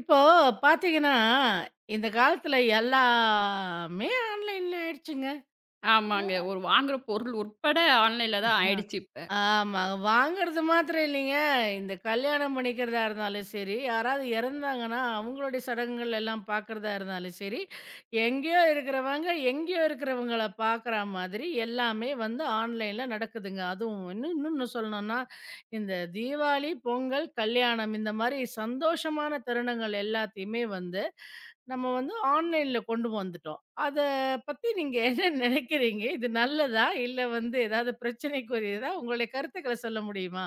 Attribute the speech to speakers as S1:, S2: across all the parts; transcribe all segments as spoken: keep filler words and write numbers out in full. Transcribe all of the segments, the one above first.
S1: இப்போ பார்த்தீங்கன்னா, இந்த காலத்துல எல்லாமே ஆன்லைன்ல ஆயிடுச்சுங்க.
S2: ஆமாங்க. ஒரு வாங்குற பொருள் உட்பட ஆன்லைன்ல தான்
S1: ஆஹா.
S2: ஆயிடுச்சு இப்ப.
S1: ஆமா. வாங்குறது மாத்திரம் இல்லைங்க. இந்த கல்யாணம் பண்ணிக்கிறதா இருந்தாலும் சரி, யாராவது இறந்தாங்கன்னா, அவங்களுடைய சடங்குகள் எல்லாம் பார்க்கறதா இருந்தாலும் சரி, எங்கேயோ இருக்கிறவங்க, எங்கேயோ இருக்கிறவங்கள பார்க்குற மாதிரி எல்லாமே வந்து ஆன்லைன்ல நடக்குதுங்க. அதுவும் இன்னும் இன்னொன்னு சொல்லணும்னா, இந்த தீபாவளி, பொங்கல், கல்யாணம் இந்த மாதிரி சந்தோஷமான தருணங்கள் எல்லாத்தையுமே வந்து, நம்ம வந்து ஆன்லைன்ல கொண்டு வந்துட்டோம். அத பத்தி நீங்க என்ன நினைக்கிறீங்க? இது நல்லதா? இல்ல வந்து ஏதாவது பிரச்சனைக்குரியதா? உங்களுடைய கருத்துக்கள சொல்ல முடியுமா?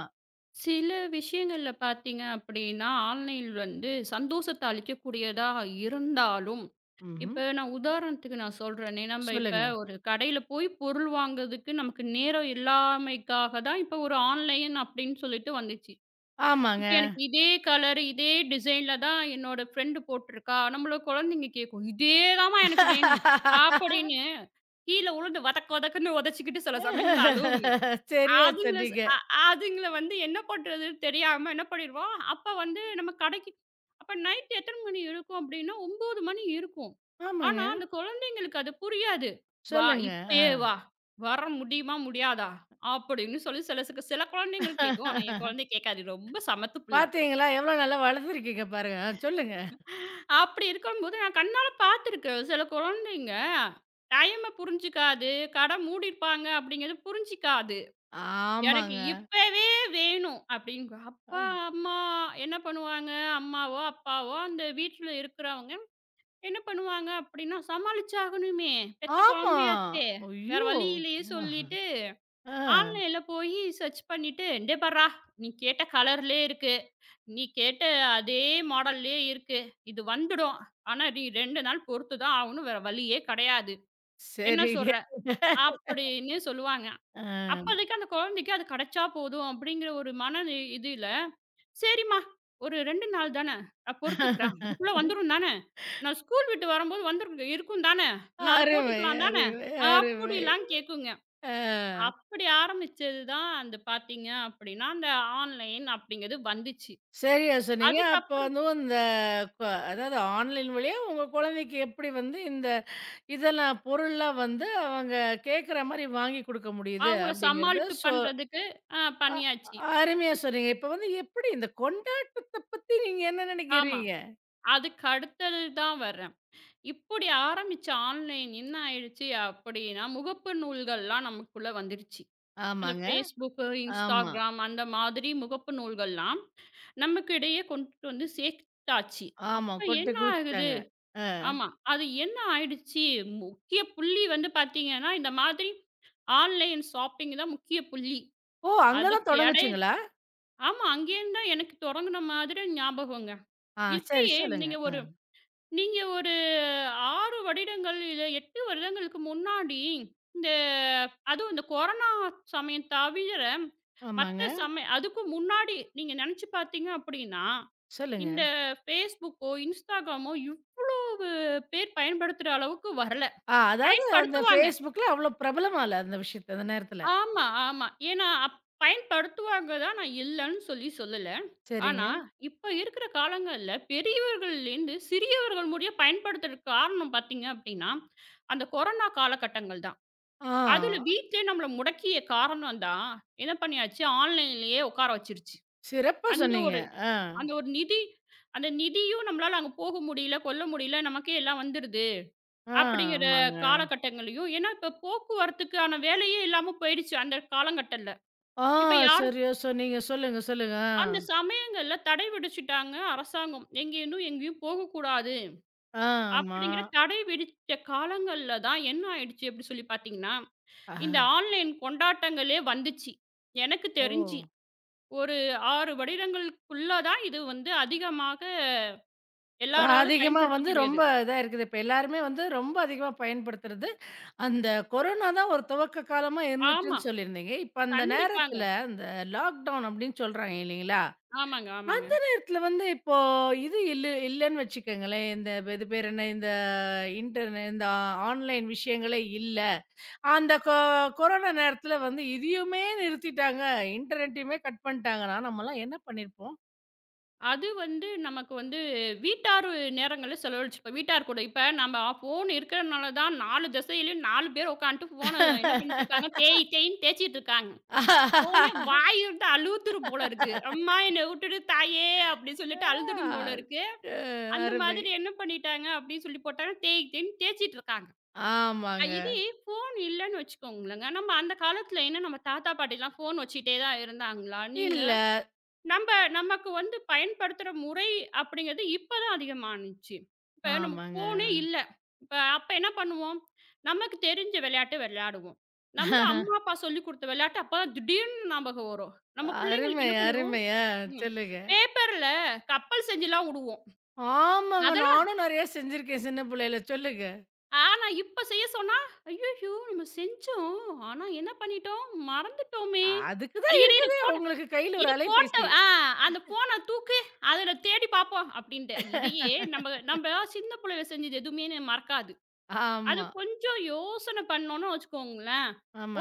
S2: சில விஷயங்கள்ல பார்த்தீங்க அப்படின்னா, ஆன்லைன் வந்து சந்தோஷத்த அளிக்கக்கூடியதா இருந்தாலும்,
S1: ம்ஹ்ம்.
S2: இப்ப நான் உதாரணத்துக்கு நான் சொல்றேனே, நம்ம இப்ப
S1: சொல்லுங்க.
S2: ஒரு கடையில போய் பொருள் வாங்குறதுக்கு நமக்கு நேரம் இல்லாமைக்காக தான் இப்ப ஒரு ஆன்லைன் அப்படின்னு சொல்லிட்டு வந்துச்சு.
S1: ஆமாங்க.
S2: இப்ப எனக்கு இதே கலர், இதே டிசைன்ல தான் என்னோட ஃப்ரெண்ட் போட்டுருக்கா. நம்மளும் குழந்தைங்க கேட்கும். "இதே தாம்மா எனக்கு வேணும்" அப்படின்னு கீழ உழுந்து வதக்கு வதக்குன்னு உதச்சிக்கிட்டு சில சமயங்கள்ல அழுவுங்க.
S1: சரியா
S2: அதுங்கள ஸ்
S1: சொன்னீங்க.
S2: அ அதுங்கள வந்து என்ன பண்றதுன்னு தெரியாம என்ன பண்ணிருவோம், அப்ப வந்து நம்ம கடைக்கு அப்ப நைட் எத்தன மணி இருக்கும் அப்படின்னா, ஒன்பது மணி இருக்கும்.
S1: ஆமாங்க.
S2: ஆனா, அந்த குழந்தைங்களுக்கு அது புரியாது. "வா
S1: சொல்லுங்க. ஆ.
S2: இப்பயே வா, வர முடியுமா? முடியாதா?" அப்படின்னு சொல்லி சில சில சில குழந்தைகள் கேட்கும். ஆனா, என் குழந்தை கேட்காது. ரொம்ப சமத்து புள்ள.
S1: பாத்தீங்களா? எவ்வளோ நல்லா வளர்த்துருக்கீங்க பாருங்க. ஆ சொல்லுங்க.
S2: அப்படி இருக்கும்போது நான் கண்ணால பார்த்துருக்கேன். சில குழந்தைங்க டைம புரிஞ்சுக்காது, கடை மூடியிருப்பாங்க அப்படிங்கிறது புரிஞ்சிக்காது. எனக்கு
S1: ஆமாங்க.
S2: இப்பவே வேணும் அப்படிங்க. அப்பா,
S1: அ
S2: அம்மா என்ன பண்ணுவாங்க? அம்மாவோ, அப்பாவோ அந்த வீட்ல இருக்கிறவங்க என்ன பண்ணுவாங்க அப்படின்னா, சமாளிச்சாகணுமே! பெத்த
S1: ஆமா.
S2: குழந்தையாச்சே! வேற
S1: ஐயோ!
S2: வழி இல்லையே
S1: ஆஹா.
S2: சொல்லிட்டு,
S1: ஆ.
S2: ஆன்லைன்ல போயி சர்ச் பண்ணிட்டு, "டே பார்றா! நீ கேட்ட கலர்லயே இருக்கு. நீ கேட்ட அதே மாடல்லயே இருக்கு. இது வந்துடும். ஆனா, நீ இரண்டு நாள் பொறுத்து தான் ஆகணும். வேற வழியே கிடையாது. என்ன
S1: சரிங்க.
S2: சொல்ற?" அப்படின்னு சொல்லுவாங்க.
S1: ஆ.
S2: அப்போதைக்கு அந்த குழந்தைக்கு அது கிடைச்சா போதும் அப்படிங்கிற ஒரு மன இ இதுல, "சரிம்மா ஒரு இரண்டு நாள் தான, நான் பொறுத்துக்கிறேன். அதுக்குள்ள வந்துரும் தான? நான் ஸ்கூல் விட்டு வரும்போது வந்துரு இருக்கும் தான? நான் அத
S1: அருமை,
S2: போட்டுக்கலாம் தான?"
S1: அருமை, அருமை.
S2: அப்படிலாம் கேட்குங்க.
S1: ஆ.
S2: அப்படி ஆரம்பிச்சது தான் அந்த பார்த்தீங்க அப்படின்னா, அந்த ஆன்லைன் அப்படிங்கிறது வந்துச்சு.
S1: சரியா சொன்னீங்க. அப்ப
S2: அதுக்கப்புறம்
S1: வந்து இந்த க அதாவது ஆன்லைன் வழியா உங்க குழந்தைக்கு எப்படி வந்து இந்த இதெல்லாம் பொருள்லாம் வந்து அவங்க கேட்குற மாரி வாங்கி குடுக்க முடியுது
S2: அவங்கள
S1: அப்படிங்கிறத
S2: சமாளிப்பு
S1: சொ
S2: பண்றதுக்கு அ
S1: அ
S2: பண்ணியாச்சு.
S1: அருமையா சொன்னீங்க. இப்ப வந்து எப்படி இந்த கொண்டாட்டத்த பத்தி நீங்க என்ன
S2: ஆமா.
S1: நெனைக்கிறீங்க?
S2: அதுக்கு அடுத்தது தான் வர்றேன். இப்படி ஆரம்பிச்ச ஆன்லைன் என்ன ஆயிடுச்சு அப்படின்னா, முகப்பு நூல்கள்லாம் நமக்குள்ள வந்துருச்சு. அந்த
S1: ஆமாங்க.
S2: Facebook,
S1: ஆமா,
S2: Instagram அந்த மாதிரி முகப்பு நூல்கள்லாம் நமக்கு இடையே கொண்டுட்டு வந்து சேர்த்தாச்சு.
S1: ஆமா.
S2: அப்ப
S1: கொட்டு
S2: என்ன ஆகுது
S1: குவிச்சுட்டாங்க. அ
S2: ஆமா. அது என்ன ஆயிடுச்சு, முக்கிய புள்ளி வந்து பார்த்தீங்கன்னா, இந்த மாதிரி ஆன்லைன் ஷாப்பிங் தான் முக்கிய புள்ளி.
S1: ஓ! அங்க தான்
S2: அதுக்கு எடை
S1: தொடங்குச்சுங்களா?
S2: ஆமா. அங்கேருந்து தான் எனக்கு தொடங்குன மாதிரி ஞாபகங்க.
S1: ஆ சரி
S2: இப்பயே
S1: சொல்லுங்க.
S2: நீங்க
S1: ஆ
S2: ஒரு நீங்க ஒரு ஆறு வருடங்கள் இல்ல எட்டு வருடங்களுக்கு முன்னாடி, இந்த அதுவும் இந்த கொரோனா சமயம் தவிர,
S1: ஆமாங்க.
S2: மத்த சமய அதுக்கு முன்னாடி நீங்க நெனச்சு பார்த்தீங்க அப்படின்னா,
S1: சொல்லுங்க.
S2: இந்த Facebookஓ, Instagramமோ இவ்வளவு பேர் பயன்படுத்துற அளவுக்கு வரல.
S1: ஆ அதாவது அந்த
S2: பயன்படுத்துவாங்க.
S1: Facebookல அவ்வளோ பிரபலமா இல்ல அந்த விஷயத்த அந்த நேரத்துல.
S2: ஆமா, ஆமா. ஏன்னா, அப் பயன்படுத்துவாங்க தான். நான் இல்லன்னு சொல்லி சொல்லல. ஆனா,
S1: சரிங்க.
S2: இப்ப இருக்கிற காலங்கள்ல பெரியவர்கள்லேருந்து சிறியவர்கள் முடிய பயன்படுத்துறதுக்கு காரணம் பார்த்தீங்க அப்டின்னா, அந்த கொரோனா காலகட்டங்கள் தான்.
S1: ஆ.
S2: அதுல வீட்லயே நம்மள முடக்கிய காரணம் தான், என்ன பண்ணியாச்சு, ஆன்லைன்லயே உட்கார வச்சுருச்சு.
S1: சிறப்பா
S2: அந்த
S1: சொன்னீங்க.
S2: ஒரு
S1: ஆ,
S2: அந்த ஒரு நிதி அந்த நிதியும் நம்மளால அங்க போக முடியல, கொள்ள முடியல, நமக்கே எல்லாம் வந்துருது.
S1: ஆ,
S2: அப்படிங்கிற
S1: ஆமாங்க.
S2: காலகட்டங்களையும் ஏன்னா, இப்ப போக்குவரத்துக்கான வேலையே இல்லாம போயிடுச்சு அந்த காலங்கட்டல.
S1: ஆ,
S2: இப்ப யாரும்
S1: சரியா சொன்னீங்க. சொல்லுங்க, சொல்லுங்க. ஆ,
S2: அந்த சமயங்கள்ல தடை விதிச்சுட்டாங்க அரசாங்கம். எங்க இன்னும் எங்கேயும் போகக்கூடாது
S1: ஆ, ஆமா.
S2: அப்படிங்கிற தடை விதிச்ச காலங்கள்ல தான் என்ன ஆயிடுச்சு அப்படி சொல்லி பார்த்தீங்கன்னா,
S1: ஆ,
S2: இந்த ஆன்லைன் கொண்டாட்டங்களே வந்துச்சு. எனக்கு
S1: ஓ!
S2: தெரிஞ்சு. ஒரு ஆறு வருடங்களுக்குள்ள தான் இது வந்து அதிகமாக எல்லாராலும்
S1: அதிகமா வந்து
S2: பயன்படுத்தக்கூடியது.
S1: ரொம்ப இதா இருக்குது. இப்ப எல்லாருமே வந்து ரொம்ப அதிகமா பயன்படுத்துறது, அந்த கொரோனா தான் ஒரு துவக்க காலமா
S2: ஆமா.
S1: இருந்துச்சுன்னு சொல்லியிருந்தீங்க. இப்ப அந்த நேரத்துல
S2: கண்டிப்பாங்க.
S1: அந்த லாக்டவுன் அப்படின்னு சொல்றாங்க இல்லைங்களா?
S2: ஆமாங்க, ஆமாங்க.
S1: அந்த நேரத்துல வந்து இப்போ இது இல்ல இல்லன்னு வச்சுக்கங்களேன். இந்த இது பேர் என்ன? இந்த இன்டர்நெட் இந்த ஆன்லைன் விஷயங்களே இல்ல. அந்த கொ கொரோனா நேரத்துல வந்து இதையுமே நிறுத்திட்டாங்க. இன்டர்நெட்டயுமே கட் பண்ணிட்டாங்கன்னா, நம்மலாம் என்ன பண்ணியிருப்போம்?
S2: அது வந்து நமக்கு வந்து வீட்டார் நேரங்கள்ல செலவழிச்சிருப்போம். வீட்டார் கூட இப்ப நம்ம ஃபோன் இருக்கிறனால தான் நான்கு திசையிலயும் நான்கு பேர் உட்காந்துட்டு ஃபோன என்ன பண்ணிட்டு இருக்காங்க, தேய் தேய்ன்னு தேய்ச்சிட்டு இருக்காங்க. ஃபோனே
S1: ஆ
S2: வாய் விட்டு அழுத்துரும் போல இருக்கு. "அம்மா என்னை விட்டுடு தாயே" அப்படின்னு சொல்லிட்டு அழுதுடும் போல இருக்கு.
S1: அ
S2: அந்த
S1: அருமை.
S2: மாதிரி என்ன பண்ணிட்டாங்க அப்படின்னு சொல்லி போட்டாங்க, தேய் தேய்ன்னு தேய்ச்சிட்டு இருக்காங்க. அ
S1: ஆமாங்க.
S2: இதே ஃபோன் இல்லன்னு வச்சுக்கோங்களேங்க, நம்ம அந்த காலத்துல என்ன நம்ம தாத்தா பாட்டிலாம் ஃபோன் வச்சுக்கிட்டே தான் இருந்தாங்களா? நீங்க
S1: இல்ல.
S2: நம்ப நமக்கு வந்து பயன்படுத்துற முறை அப்படிங்கிறது இப்ப தான் அதிகமானுச்சு. இப்ப நமக்கு
S1: ஆமாங்க.
S2: ஃபோனே இல்ல. இப்ப அப்ப என்ன பண்ணுவோம்? நமக்கு தெரிஞ்ச விளையாட்டு விளையாடுவோம். நம்ப அம்மா, அப்பா சொல்லிக் குடுத்த விளையாட்டு அப்பதான் திடீர்னு ஞாபகம் வரும். நம்ம பிள்ளைங்களுக்கு
S1: அருமை,
S2: என்ன பண்ணிருவோம்,
S1: அருமை. ஆ
S2: ம்
S1: சொல்லுங்க.
S2: பேப்பர்ல கப்பல் செஞ்சுலாம் உடுவோம்.
S1: ஆமாங்க.
S2: அதெல்லாம்
S1: நானும் நெறைய செஞ்சிருக்கேன் சின்ன பிள்ளையில. சொல்லுங்க.
S2: ஆனா இப்ப செய்ய சொன்னா, "ஐய்யய்யோ! நம்ம செஞ்சோம். ஆனா என்ன பண்ணிட்டோம்? மறந்துட்டோமே."
S1: அதுக்கு
S2: அது
S1: தான்
S2: இரு இரு
S1: இருக்குதே உங்களுக்கு கையில ஒரு
S2: இது போட்ட
S1: அலைபேசி.
S2: ஆ அந்த ஃபோன தூக்கு, அதுல தேடி பார்ப்போம் அப்படின்ட்டு. இதையே நம்ம நம்ம சின்ன பிள்ளையில செஞ்சது எதுவுமே ந மறக்காது. அது
S1: ஆமா.
S2: கொஞ்சம் யோசனை பண்ணோம்னு வச்சுக்கோங்களேன்,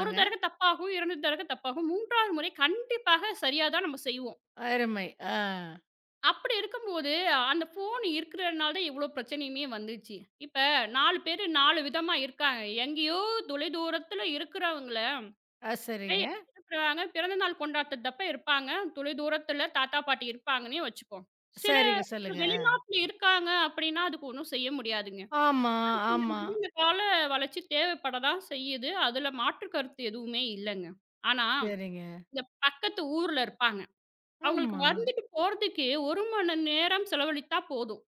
S2: ஒரு தடவை தப்பாகும், இரண்டு தடவை தப்பாகும், மூன்றாவது முறை கண்டிப்பாக சரியா தான் நம்ம செய்வோம்.
S1: அருமை. ஆ.
S2: அப்படி இருக்கும்போது, அந்த ஃபோன் இருக்கிறதுனால தான் இவ்வளோ பிரச்சனையுமே வந்துச்சு. இப்ப நான்கு பேரு நான்கு விதமா இருக்காங்க. எங்கேயோ தொலைதூரத்துல இருக்கிறவங்கள
S1: அ
S2: போய்
S1: சரிங்க.
S2: இருக்கிறாங்க. பிறந்த நாள் கொண்டாட்டத்தப்ப இருப்பாங்க. தொலைதூரத்தில தாத்தா, பாட்டி இருப்பாங்கன்னே வச்சுப்போம். சில
S1: சரிங்க. சொல்லுங்க.
S2: வெளிநாட்ல இருக்காங்க அப்படின்னா, அதுக்கு ஒண்ணும் செய்ய முடியாதுங்க.
S1: ஆமா, ஆமா.
S2: இந்த கால வளர்ச்சி தேவைப்பட தான் செய்யுது. அதுல மாற்று கருத்து எதுவுமே இல்லங்க. ஆனா,
S1: சரிங்க.
S2: இந்த பக்கத்து ஊர்ல இருப்பாங்க. அவங்களுக்கு
S1: ஆமா.
S2: வந்துட்டு போறதுக்கு ஒரு மணி நேரம் செலவழித்தா போதும்.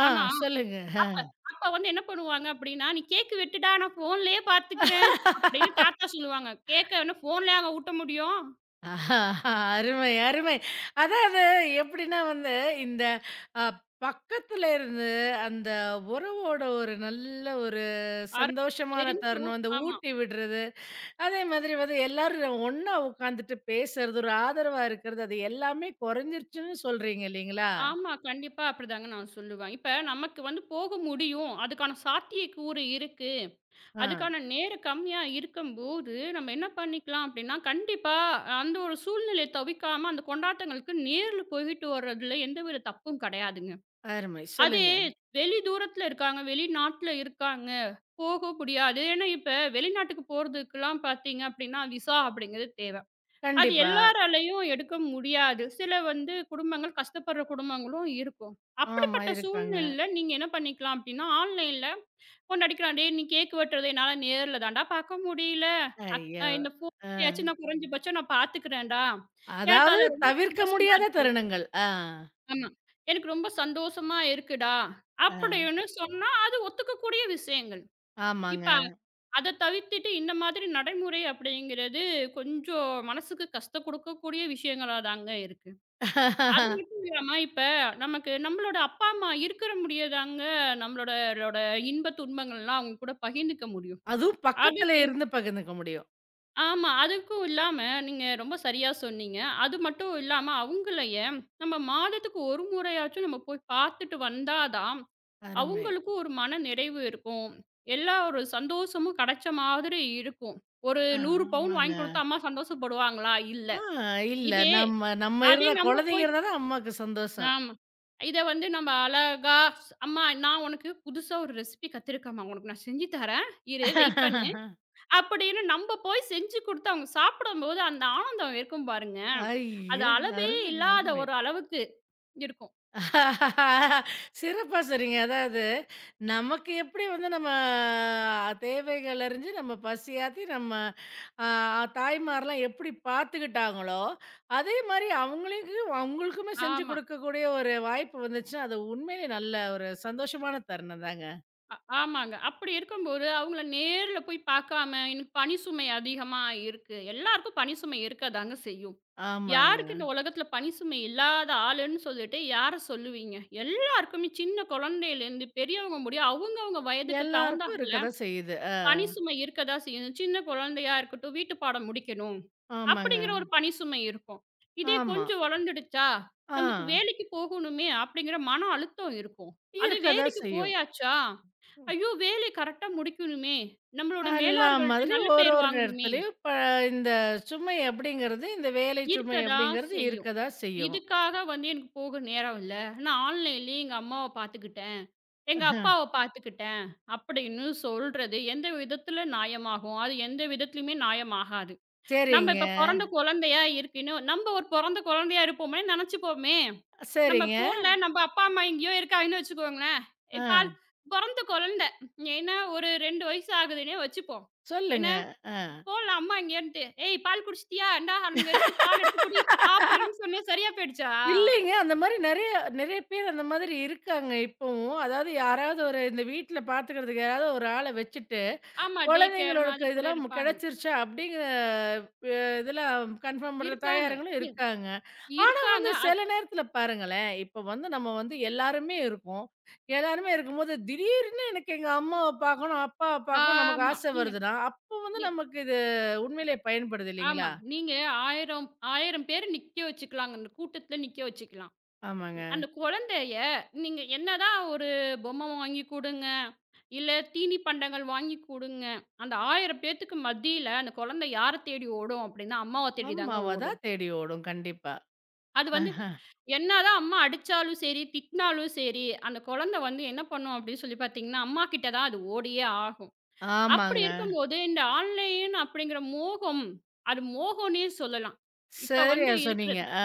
S1: ஆ
S2: ஆனா,
S1: சொல்லுங்க.
S2: அப்ப அப்ப வந்து என்ன பண்ணுவாங்க அப்படின்னா, "நீ கேக் வெட்டுடா, நான் ஃபோன்லயே பார்த்துக்கிறேன்" அப்படின்னு தாத்தா சொல்லுவாங்க. கேக்க என்ன ஃபோன்லயாங்க ஊட்ட முடியும்?
S1: ஆஹா, அருமை, அருமை. அதாவது எப்படின்னா வந்து, இந்த அ பக்கத்துல இருந்து அந்த உறவோட ஒரு நல்ல ஒரு
S2: அரு
S1: சந்தோஷமான
S2: தெரிஞ்சும்
S1: தருணம், அந்த
S2: ஆமா.
S1: ஊட்டி விடுறது, அதே மாதிரி வந்து எல்லாரும் ஒண்ணா உட்காந்துட்டு பேசுறது, ஒரு ஆதரவா இருக்கிறது, அது எல்லாமே குறைஞ்சிருச்சுன்னு சொல்றீங்க இல்லைங்களா?
S2: ஆமா. கண்டிப்பா அப்படிதாங்க நான் சொல்லுவேன். இப்ப நமக்கு வந்து போக முடியும். அதுக்கான சாத்தியக்கூறு இருக்கு.
S1: ஆ.
S2: அதுக்கான நேரம் கம்மியா இருக்கும்போது, நம்ம என்ன பண்ணிக்கலாம் அப்படின்னா, கண்டிப்பா அந்த ஒரு சூழ்நிலைய தவிக்காம அந்த கொண்டாட்டங்களுக்கு நேர்ல போயிட்டு வர்றதுல எந்தவித தப்பும் கிடையாதுங்க.
S1: அருமை.
S2: அதே
S1: சொல்லுங்க.
S2: வெளி தூரத்துல இருக்காங்க, வெளிநாட்ல இருக்காங்க, போக முடியாது. ஏன்னா இப்ப வெளிநாட்டுக்கு போறதுக்குலாம் பார்த்தீங்க அப்படின்னா, விசா அப்படிங்கிறது தேவ. அது
S1: கண்டிப்பா.
S2: எல்லாராலயும் எடுக்க முடியாது. சில வந்து குடும்பங்கள் கஷ்டப்படுற குடும்பங்களும் இருக்கும்.
S1: ஆமா
S2: அப்படிப்பட்ட
S1: இருக்காங்க.
S2: சூழ்நிலையில நீங்க என்ன பண்ணிக்கலாம் அப்படின்னா, ஆன்லைன்ல ஒண்ணு அடிக்கிறான். "டேய் நீ கேக் வெட்டுறத என்னால நேர்ல தான்டா பார்க்க முடியல. அக்
S1: ஐயோ!
S2: அ இந்த
S1: அ.
S2: ஃபோன்லயாச்சும் நான் குறைஞ்சபட்சம் நான் பார்த்துக்கிறேன்டா. எனக்கு
S1: அதாவது
S2: அது ரொம்ப
S1: தவிர்க்க
S2: சந்தோஷமா
S1: முடியாத
S2: இருக்கு"
S1: தருணங்கள். ஆ.
S2: ஆமா. "எனக்கு ரொம்ப சந்தோஷமா இருக்குடா"
S1: ஆ.
S2: அப்படின்னு சொன்னா, அது ஒத்துக்கக்கூடிய விஷயங்கள். இப்ப
S1: ஆமாங்க.
S2: அத தவிர்த்துட்டு இந்த மாதிரி நடைமுறை அப்படிங்கிறது கொஞ்சம் மனசுக்கு கஷ்டம் குடுக்கக்கூடிய விஷயங்களா தாங்க இருக்கு. அது மட்டும் இல்லாம, இப்ப நமக்கு நம்மளோட அப்பா, அம்மா இருக்கிற முடியதாங்க நம்மளோட ரோட இன்ப துன்பங்கள்லாம் அவங்க கூட பகிர்ந்துக்க முடியும்.
S1: அதுவும் பக்கத்துல
S2: அதுக்கு
S1: இருந்து பகிர்ந்துக்க முடியும்.
S2: ஆமா. அதுக்கும் இல்லாம நீங்க ரொம்ப சரியா சொன்னீங்க. அது மட்டும் இல்லாம அவங்களையே நம்ம மாதத்துக்கு ஒரு முறையாச்சும் நம்ம போய் பார்த்துட்டு வந்தா தான்,
S1: அருமை.
S2: அவங்களுக்கும் ஒரு மன நிறைவு இருக்கும். எல்லா ஒரு சந்தோஷமும் கிடைச்ச மாதிரி இருக்கும். ஒரு
S1: ஆ
S2: நூறு பவுன்
S1: ஆமாங்க.
S2: வாங்கி குடுத்தா அம்மா சந்தோஷப்படுவாங்களா? இல்ல.
S1: ஆ இல்ல
S2: இதே
S1: நம்ம நம்ம
S2: அதே
S1: இருந்தா
S2: நம்ம
S1: குழந்தைங்க
S2: போய்
S1: இருந்தா தான் அம்மாக்கு சந்தோஷம்.
S2: ஆமா. இத வந்து நம்ம அழகா ஸ் "அம்மா நான் உனக்கு புதுசா ஒரு ரெசிபி கத்துருக்கேன்ம்மா. உனக்கு நான் செஞ்சு தரேன். இரு வெயிட் பண்ணு." அப்படின்னு நம்ம போய் செஞ்சு குடுத்து அவங்க சாப்பிடும்போது அந்த ஆனந்தம் இருக்கும் பாருங்க. அது
S1: ஐய!
S2: அளவே
S1: அருமை,
S2: இல்லாத
S1: அருமை.
S2: ஒரு அளவுக்கு இருக்கும்.
S1: சிறப்பா சொன்னீங்க. அதாவது, நமக்கு எப்படி வந்து நம்ம தேவைகள் அறிஞ்சு, நம்ம பசியாத்தி நம்ம அ தாய்மார்லாம் எப்படி பார்த்துக்கிட்டாங்களோ, அதே மாரி அவங்களுக்கு அவங்களுக்குமே செஞ்சு
S2: ஆமா.
S1: கொடுக்கக்கூடிய ஒரு வாய்ப்பு வந்துச்சுன்னா, அது உண்மையிலே நல்ல ஒரு சந்தோஷமான தருணம் தாங்க.
S2: அ ஆமாங்க. அப்படி இருக்கும்போது, அவங்கள நேர்ல போய் பார்க்காம, "எனக்கு பணி சுமை அதிகமா இருக்கு." எல்லாருக்கும் பணி சுமை இருக்கதாங்க செய்யும்.
S1: ஆமாங்க.
S2: யாருக்கு இந்த உலகத்தில பணி சுமை இல்லாத ஆளுன்னு சொல்லிட்டு யார சொல்லுவீங்க? எல்லாருக்குமே சின்ன குழந்தையிலேருந்து பெரியவங்க முடிய அவங்கவங்க வயதுக்கு
S1: எல்லாருக்கும்
S2: தகுந்தாப்புல
S1: இருக்க தான் செய்யுது. அ.
S2: பணி சுமை இருக்கதா செய்யும். சின்ன குழந்தையா இருக்கட்டும், வீட்டு பாடம் முடிக்கணும்,
S1: ஆமாங்க.
S2: அப்படிங்கிற ஒரு பணி சுமை இருக்கும். இதே
S1: ஆமா.
S2: கொஞ்சம் வளர்ந்துடுச்சா,
S1: ஆ.
S2: "நமக்கு வேலைக்கு போகணுமே." அப்படிங்கிற மன அழுத்தம் இருக்கும். அதே
S1: இருக்க தான்
S2: வேலைக்கு
S1: செய்யும்.
S2: போயாச்சா ஐயோ! வேலை கரெக்ட்டா முடிக்கணுமே! நம்மளோட
S1: எல்லா
S2: மேலாளர்கள்ட்ட
S1: மாதிரி
S2: நல்ல
S1: ஒரு
S2: பேர்
S1: ஒரு
S2: வாங்கணுமே!
S1: இடத்துலயும் ப இந்த சுமை அப்படிங்கிறது, இந்த வேலை
S2: இருக்க
S1: சுமை
S2: தான்
S1: அப்படிங்கிறது
S2: செய்யும்.
S1: இருக்கதா செய்யும்.
S2: இதுக்காக வந்து எனக்கு போக நேரம் இல்ல. நான் ஆன்லைன்லயே எங்க அம்மாவ பார்த்துக்கிட்டேன். எங்க
S1: அஹ்,
S2: அப்பாவ பார்த்துக்கிட்டேன். அப்படின்னு சொல்றது எந்த விதத்தில நியாயமாகும்? அது எந்த விதத்திலயுமே நியாயமாகாது. நம்ம
S1: சரிங்க,
S2: இப்ப பொறந்த குழந்தையா இருக்குன்னு நம்ம ஒரு பொறந்த குழந்தையா இருப்போமேன்னு நெனச்சுப்போமே! நம்ம
S1: சரிங்க.
S2: ஃபோன்ல நம்ம அப்பா, அம்மா எங்கேயோ இருக்காங்கன்னு வச்சுக்கோங்களேன்.
S1: ஆ
S2: இப்ப பொறந்த குழந்தை. ஏன்னா ஒரு இரண்டு வயசு ஆகுதுன்னே வச்சுப்போம். என்ன
S1: சொல்லுங்க. ஆ.
S2: போலாம் அம்மா இங்கேன்ட்டு. "ஏய் பால் குடிச்சிட்டியா? இந்தா அங்க இருக்கு பால் எடுத்து குடி" அப்படின்னு சொன்னேன் சரியா போயிடுச்சா?
S1: இல்லைங்க. அந்த மாரி நெறைய நெறைய பேர் அந்த மாதிரி இருக்காங்க இப்பவும். அதாவது யாராவது ஒரு இந்த வீட்ல பாத்துக்கிறதுக்கு யாராவது ஒரு ஆள வச்சுட்டு
S2: ஆமா. டே கேர்
S1: குழந்தைங்களுக்கு
S2: மாதிரி கூட
S1: இதெல்லாம்
S2: இருப்பாங்க.
S1: கிடைச்சிருச்சா அப்படிங்கிற அ இதில கன்ஃபார்ம் பண்ற
S2: இருக்காங்க.
S1: தாயாருங்களும்
S2: இ
S1: இருக்காங்க. ஆனா
S2: இருக்காங்க.
S1: வந்து
S2: அது
S1: சில நேரத்தில பாருங்களேன், இப்ப வந்து நம்ம வந்து எல்லாருமே இருக்கோம். எல்லாருமே இருக்கும்போது திடீர்னு எனக்கு எங்க அம்மாவ பார்க்கணும், அப்பாவ பார்க்கணும் நமக்கு
S2: ஆமா.
S1: ஆசை
S2: நீங்க
S1: வருதுன்னா, அப்போ வந்து
S2: நீ
S1: நமக்கு இது உண்மையிலே பயன்படுது
S2: ஆமா.
S1: இல்லைங்களா?
S2: நீங்க ஆயிரம் ஆயிரம் பேர் நிக்க வச்சுக்கலாங்க. அந்த கூட்டத்துல நிக்க வச்சுக்கலாம்.
S1: ஆமாங்க.
S2: அந்த குழந்தைய நீங்க என்னதான் ஒரு பொம்மை வாங்கி குடுங்க, இல்ல தீனி பண்டங்கள் வாங்கி குடுங்க. அந்த ஆயிரம் பேத்துக்கு மத்தியில அந்த குழந்தை யார தேடி ஓடும் அப்படின்னா, அம்மாவ தேடி தாங்க
S1: அம்மாவ
S2: ஓடும்.
S1: தான் தேடி ஓடும் கண்டிப்பா.
S2: அது
S1: அ.
S2: வந்து என்னதான் அம்மா அடிச்சாலும் சரி, திட்டினாலும் சரி, அந்த குழந்தை வந்து என்ன பண்ணும் அப்படின்னு சொல்லி பார்த்தீங்கன்னா, அம்மா கிட்ட தான் அது ஓடியே ஆகும். அப்படி
S1: ஆமாங்க.
S2: இருக்கும்போது இந்த ஆன்லைன் அப்படிங்கிற மோகம், அது மோகம்னே சொல்லலாம். இப்ப வந்து
S1: சரியா சொன்னீங்க.
S2: இருக்கிறது
S1: ஆ.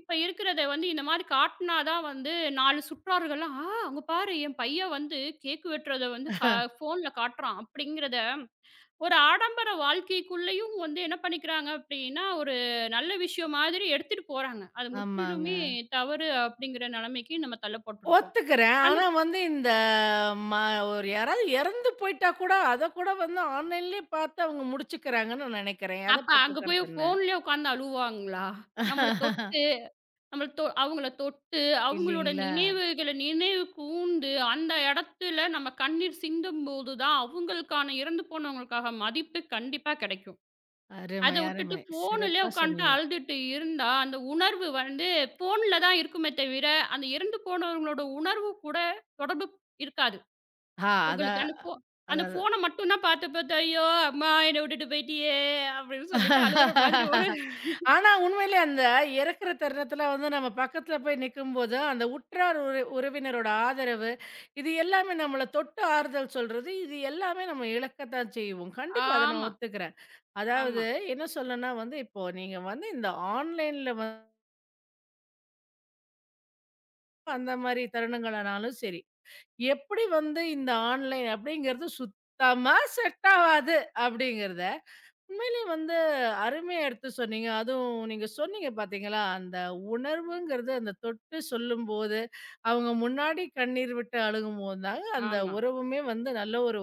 S2: இப்ப இருக்கிறத வந்து இந்த மாதிரி காட்டினா தான் வந்து நான்கு சுற்றார்கள்லாம், "ஆ அங்க பாரு என் பையன் வந்து கேக் வெட்டுறத வந்து க ஃபோன்ல காட்டுறான்" அப்படிங்கிறத ஒரு ஆடம்பர வாழ்க்கைக்குள்ளேயும் வந்து என்ன பண்ணிக்கிறாங்க அப்படின்னா, ஒரு நல்ல விஷயம் மாதிரி எடுத்துட்டு போறாங்க. அது
S1: ஆமாங்க.
S2: முற்றிலுமே தவறு அப்படிங்கிற நிலைமைக்கு நம்ம தள்ளப்பட்டுருக்கோம்.
S1: ஒத்துக்கிறேன்.
S2: அந்த
S1: ஆனா வந்து இந்த ம ஒரு யாராவது இறந்து போயிட்டா கூட, அத கூட வந்து ஆன்லைன்லயே பார்த்து அவங்க முடிச்சுக்கிறாங்கன்னு நான் நினைக்கிறேன். அத
S2: அப்ப
S1: பத்தி
S2: அங்க
S1: உங்க
S2: போய்
S1: கருத்து என்ன?
S2: ஃபோன்லயே உட்காந்து அழுவாங்களா? நம்மள தொட்டு நம்மள தொ அவங்கள தொட்டு, அவங்களோட
S1: இல்லீங்களா?
S2: நினைவுகள நினைவு கூர்ந்து, அந்த இடத்துல நம்ம கண்ணீர் சிந்தும்போது தான் அவங்களுக்கான இறந்து போனவங்களுக்காக மதிப்பு கண்டிப்பா கிடைக்கும். அத
S1: அருமை,
S2: உட்டுட்டு
S1: அருமை.
S2: ஃபோன்லயே
S1: சிறப்பா
S2: உட்காந்துட்டு
S1: சொன்னீங்க.
S2: அழுதுட்டு இருந்தா, அந்த உணர்வு வந்து ஃபோன்ல தான் இருக்குமே தவிர, அந்த இறந்து போனவங்களோட உணர்வு கூட தொடர்பு இருக்காது.
S1: ஆ
S2: உங்களுக்கு
S1: அதான்
S2: அந்த ஃபோ அந்த
S1: அதாவது
S2: ஃபோன மட்டும் தான் பார்த்து பார்த்து, "ஐயோ! அம்மா என்ன விட்டுட்டு போயிட்டியே!" அப்படின்னு சொல்லிட்டு அழுவுற மாதிரி ஒரு
S1: ஆனா உண்மையிலே அந்த இறக்கிற தருணத்தில வந்து நம்ம பக்கத்துல போய் நிக்கும்போது, அந்த உற்றார் உற உறவினரோட ஆதரவு, இது எல்லாமே நம்மள தொட்டு ஆறுதல் சொல்றது, இது எல்லாமே நம்ம இழக்கத்தான் செய்வோம். கண்டிப்பா அத நான்
S2: ஆமா,
S1: ஒத்துக்கிறேன்.
S2: ஆமா,
S1: அதாவது என்ன சொல்லன்னா வந்து, இப்போ நீங்க வந்து இந்த ஆன்லைன்ல வந்து அந்த மாரி தருணங்களானாலும் சரி, எப்படி வந்து இந்த ஆன்லைன் அப்படிங்கிறது சுத்தமா செட் ஆவாது அப்படிங்கிறத, உண்மையிலேயே வந்து அருமையா எடுத்து சொன்னீங்க. அதுவும் நீங்க சொன்னீங்க பார்த்தீங்களா, அந்த உணர்வுங்கிறது அந்த தொட்டு சொல்லும்போது, அவங்க முன்னாடி கண்ணீர் விட்டு அழுகும்போது தாங்க அந்த
S2: ஆமா.
S1: உறவுமே வந்து நல்ல ஒரு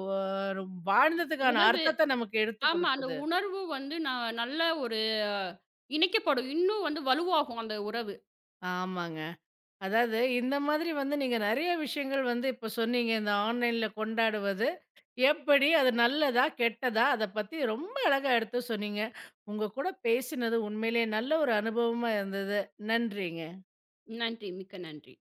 S1: ஒரு வாழ்ந்ததுக்கான
S2: உணர்வு
S1: அர்த்தத்த நமக்கு எடுத்துக்
S2: ஆமா. அந்த
S1: குடுக்குது.
S2: உணர்வு வந்து நான் நல்ல ஒரு இணைக்கப்படும். இன்னும் வந்து வலுவாகும் அந்த உறவு.
S1: ஆமாங்க. அதாவது இந்த மாதிரி வந்து நீங்க நெறைய விஷயங்கள் வந்து இப்ப சொன்னீங்க. இந்த ஆன்லைன்ல கொண்டாடுவது. எப்படி அது நல்லதா? கெட்டதா? அத பத்தி ரொம்ப அழகா எடுத்து சொன்னீங்க. உங்க கூட பேசினது உண்மையிலேயே நல்ல ஒரு அனுபவமா இருந்தது. நன்றிங்க.
S2: நன்றி. மிக்க நன்றி.